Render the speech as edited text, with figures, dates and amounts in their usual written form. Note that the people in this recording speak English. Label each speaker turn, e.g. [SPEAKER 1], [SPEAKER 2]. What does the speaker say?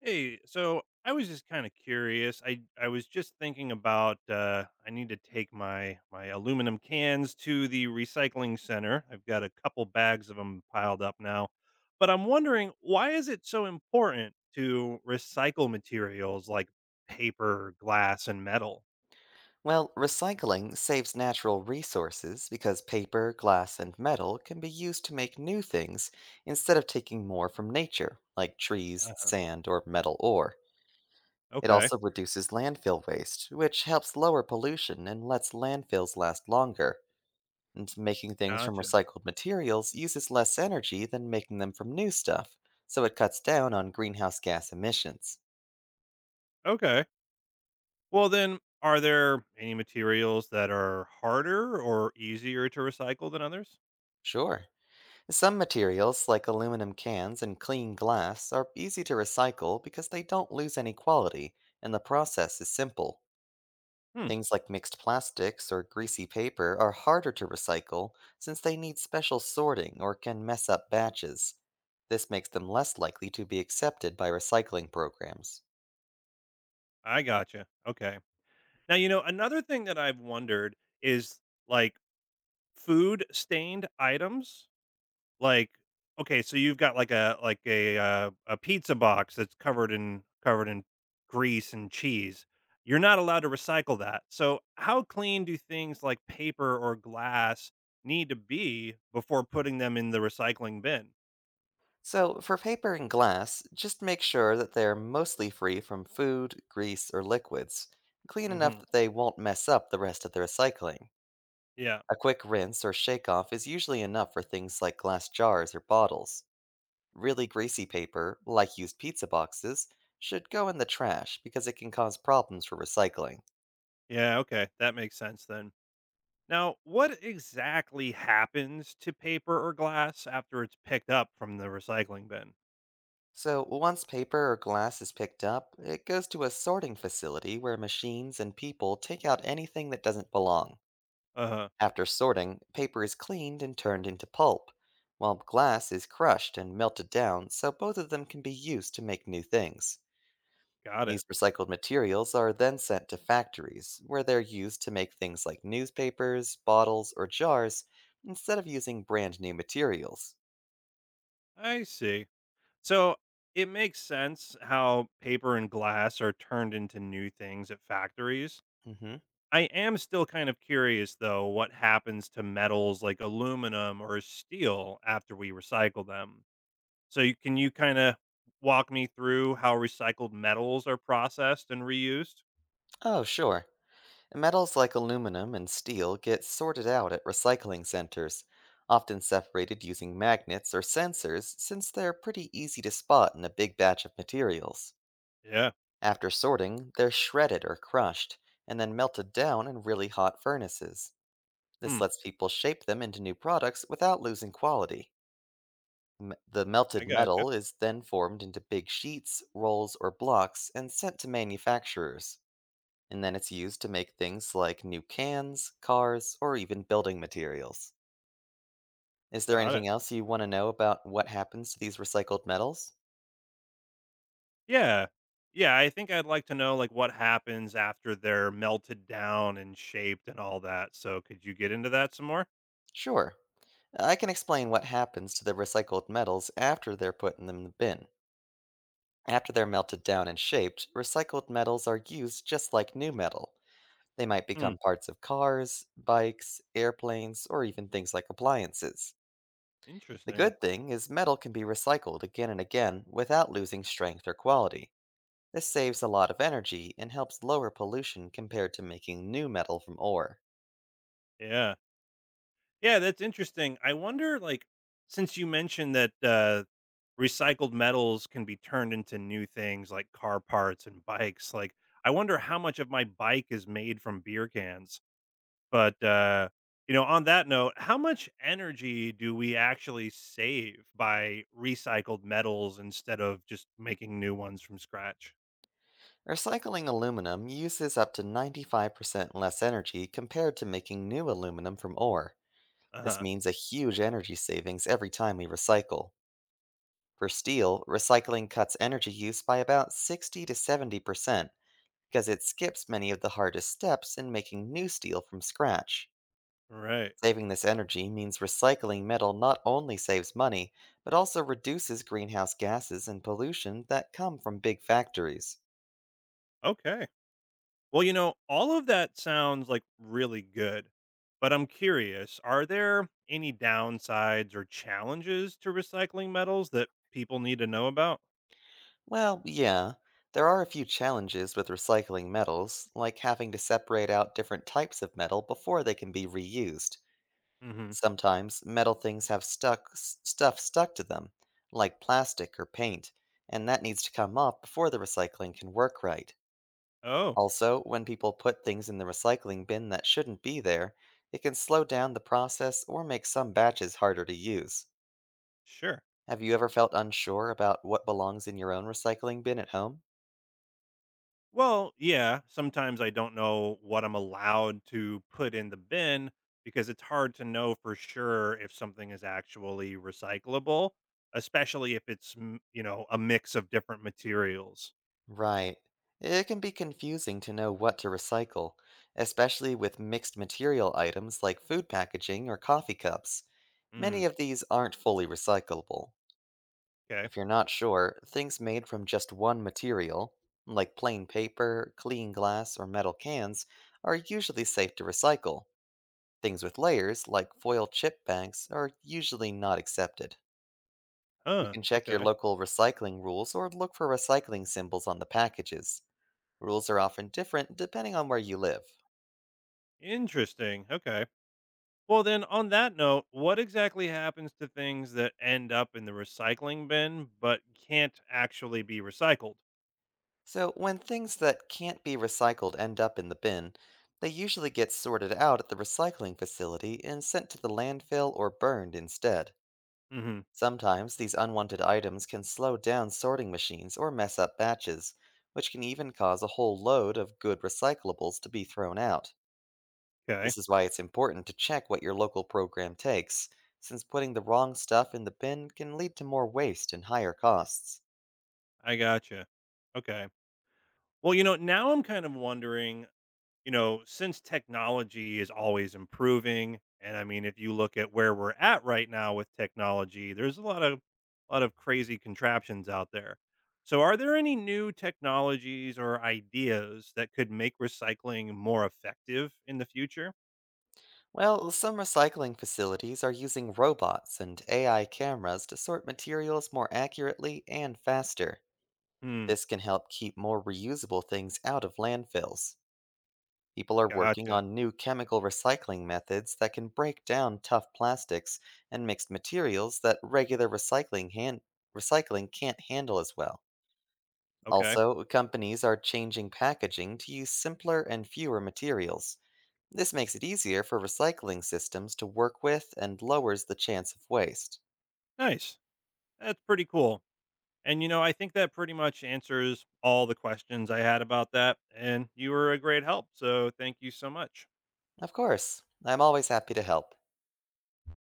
[SPEAKER 1] Hey, so I was just kind of curious. I was just thinking about I need to take my aluminum cans to the recycling center. I've got a couple bags of them piled up now, but I'm wondering, why is it so important to recycle materials like paper, glass, and metal?
[SPEAKER 2] Well, recycling saves natural resources because paper, glass, and metal can be used to make new things instead of taking more from nature, like trees,
[SPEAKER 1] Uh,
[SPEAKER 2] sand, or metal ore. It
[SPEAKER 1] okay,
[SPEAKER 2] also reduces landfill waste, which helps lower pollution and lets landfills last longer. And making things from
[SPEAKER 1] gotcha.
[SPEAKER 2] recycled materials uses less energy than making them from new stuff, so it cuts down on greenhouse gas emissions.
[SPEAKER 1] Okay, well then, are there any materials that are harder or easier to recycle than others?
[SPEAKER 2] Sure. Some materials, like aluminum cans and clean glass, are easy to recycle because they don't lose any quality, and the process is simple.
[SPEAKER 1] Hmm,
[SPEAKER 2] Things like mixed plastics or greasy paper are harder to recycle since they need special sorting or can mess up batches. This makes them less likely to be accepted by recycling programs.
[SPEAKER 1] I gotcha. Okay. Now, you know, another thing that I've wondered is, like, food stained items. Like, okay, so you've got like a a pizza box that's covered in covered in grease and cheese. You're not allowed to recycle that. So, how clean do things like paper or glass need to be before putting them in the recycling bin?
[SPEAKER 2] So, for paper and glass, just make sure that they are mostly free from food, grease, or liquids, clean enough
[SPEAKER 1] Hmm.
[SPEAKER 2] that they won't mess up the rest of the recycling.
[SPEAKER 1] Yeah.
[SPEAKER 2] A quick rinse or shake off is usually enough for things like glass jars or bottles. Really greasy paper, like used pizza boxes, should go in the trash because it can cause problems for recycling.
[SPEAKER 1] Yeah. Okay, that makes sense then. Now, what exactly happens to paper or glass after it's picked up from the recycling bin?
[SPEAKER 2] So, once paper or glass is picked up, it goes to a sorting facility where machines and people take out anything that doesn't belong.
[SPEAKER 1] Uh huh.
[SPEAKER 2] After sorting, paper is cleaned and turned into pulp, while glass is crushed and melted down so both of them can be used to make new things.
[SPEAKER 1] Got it.
[SPEAKER 2] These recycled materials are then sent to factories, where they're used to make things like newspapers, bottles, or jars, instead of using brand new materials.
[SPEAKER 1] I see. So it makes sense how paper and glass are turned into new things at factories.
[SPEAKER 2] hmm
[SPEAKER 1] I am still kind of curious, though, what happens to metals like aluminum or steel after we recycle them. So, you, can you kind of walk me through how recycled metals are processed and reused?
[SPEAKER 2] Oh, sure. Metals like aluminum and steel get sorted out at recycling centers, often separated using magnets or sensors since they're pretty easy to spot in a big batch of materials.
[SPEAKER 1] Yeah.
[SPEAKER 2] After sorting, they're shredded or crushed, and then melted down in really hot furnaces. This
[SPEAKER 1] Hmm.
[SPEAKER 2] lets people shape them into new products without losing quality. The
[SPEAKER 1] I
[SPEAKER 2] melted
[SPEAKER 1] gotcha.
[SPEAKER 2] metal is then formed into big sheets, rolls, or blocks and sent to manufacturers, and then it's used to make things like new cans, cars, or even building materials. Is there
[SPEAKER 1] Got it.
[SPEAKER 2] anything else you want to know about what happens to these recycled metals?
[SPEAKER 1] Yeah. Yeah, I think I'd like to know, like, what happens after they're melted down and shaped and all that, so could you get into that some more?
[SPEAKER 2] Sure. I can explain what happens to the recycled metals after they're put in the bin. After they're melted down and shaped, recycled metals are used just like new metal. They might
[SPEAKER 1] Hmm,
[SPEAKER 2] become parts of cars, bikes, airplanes, or even things like appliances. The
[SPEAKER 1] interesting.
[SPEAKER 2] good thing is metal can be recycled again and again without losing strength or quality. This saves a lot of energy and helps lower pollution compared to making new metal from ore.
[SPEAKER 1] Yeah. Yeah, that's interesting. I wonder, like, since you mentioned that, recycled metals can be turned into new things like car parts and bikes, like, I wonder how much of my bike is made from beer cans. But, you know, on that note, how much energy do we actually save by recycled metals instead of just making new ones from scratch?
[SPEAKER 2] Recycling aluminum uses up to 95% less energy compared to making new aluminum from ore. This
[SPEAKER 1] Uh-huh.
[SPEAKER 2] means a huge energy savings every time we recycle. For steel, recycling cuts energy use by about 60 to 70%, because it skips many of the hardest steps in making new steel from scratch.
[SPEAKER 1] Right.
[SPEAKER 2] Saving this energy means recycling metal not only saves money, but also reduces greenhouse gases and pollution that come from big factories.
[SPEAKER 1] Okay. Well, you know, all of that sounds like really good. But I'm curious, are there any downsides or challenges to recycling metals that people need to know about?
[SPEAKER 2] Well, yeah, there are a few challenges with recycling metals, like having to separate out different types of metal before they can be reused.
[SPEAKER 1] Mhm.
[SPEAKER 2] Sometimes metal things have stuff stuck to them, like plastic or paint, and that needs to come off before the recycling can work right.
[SPEAKER 1] Oh,
[SPEAKER 2] Also, when people put things in the recycling bin that shouldn't be there, it can slow down the process or make some batches harder to use.
[SPEAKER 1] sure.
[SPEAKER 2] Have you ever felt unsure about what belongs in your own recycling bin at home?
[SPEAKER 1] Well, yeah, sometimes I don't know what I'm allowed to put in the bin because it's hard to know for sure if something is actually recyclable, especially if it's, m- you know, a mix of different materials.
[SPEAKER 2] Right. It can be confusing to know what to recycle, especially with mixed material items like food packaging or coffee cups.
[SPEAKER 1] Mm,
[SPEAKER 2] Many of these aren't fully recyclable.
[SPEAKER 1] okay.
[SPEAKER 2] If you're not sure, things made from just one material, like plain paper, clean glass, or metal cans, are usually safe to recycle. Things with layers, like foil chip bags, are usually not accepted. You
[SPEAKER 1] Huh.
[SPEAKER 2] can check your
[SPEAKER 1] Okay.
[SPEAKER 2] local recycling rules or look for recycling symbols on the packages. Rules are often different depending on where you live.
[SPEAKER 1] Interesting. Okay. Well, then on that note, what exactly happens to things that end up in the recycling bin but can't actually be recycled?
[SPEAKER 2] So, when things that can't be recycled end up in the bin, they usually get sorted out at the recycling facility and sent to the landfill or burned instead.
[SPEAKER 1] Hmm.
[SPEAKER 2] Sometimes these unwanted items can slow down sorting machines or mess up batches, which can even cause a whole load of good recyclables to be thrown out.
[SPEAKER 1] Okay.
[SPEAKER 2] This is why it's important to check what your local program takes, since putting the wrong stuff in the bin can lead to more waste and higher costs.
[SPEAKER 1] I gotcha. Okay. Well, you know, now I'm kind of wondering, you know, since technology is always improving, and I mean, if you look at where we're at right now with technology, there's a lot of crazy contraptions out there. So, are there any new technologies or ideas that could make recycling more effective in the future?
[SPEAKER 2] Well, some recycling facilities are using robots and AI cameras to sort materials more accurately and faster.
[SPEAKER 1] Hmm.
[SPEAKER 2] This can help keep more reusable things out of landfills. People are working
[SPEAKER 1] Gotcha.
[SPEAKER 2] on new chemical recycling methods that can break down tough plastics and mixed materials that recycling can't handle as well.
[SPEAKER 1] Okay.
[SPEAKER 2] Also, companies are changing packaging to use simpler and fewer materials. This makes it easier for recycling systems to work with and lowers the chance of waste.
[SPEAKER 1] Nice. That's pretty cool. And you know, I think that pretty much answers all the questions I had about that. And you were a great help. So, thank you so much.
[SPEAKER 2] Of course, I'm always happy to help.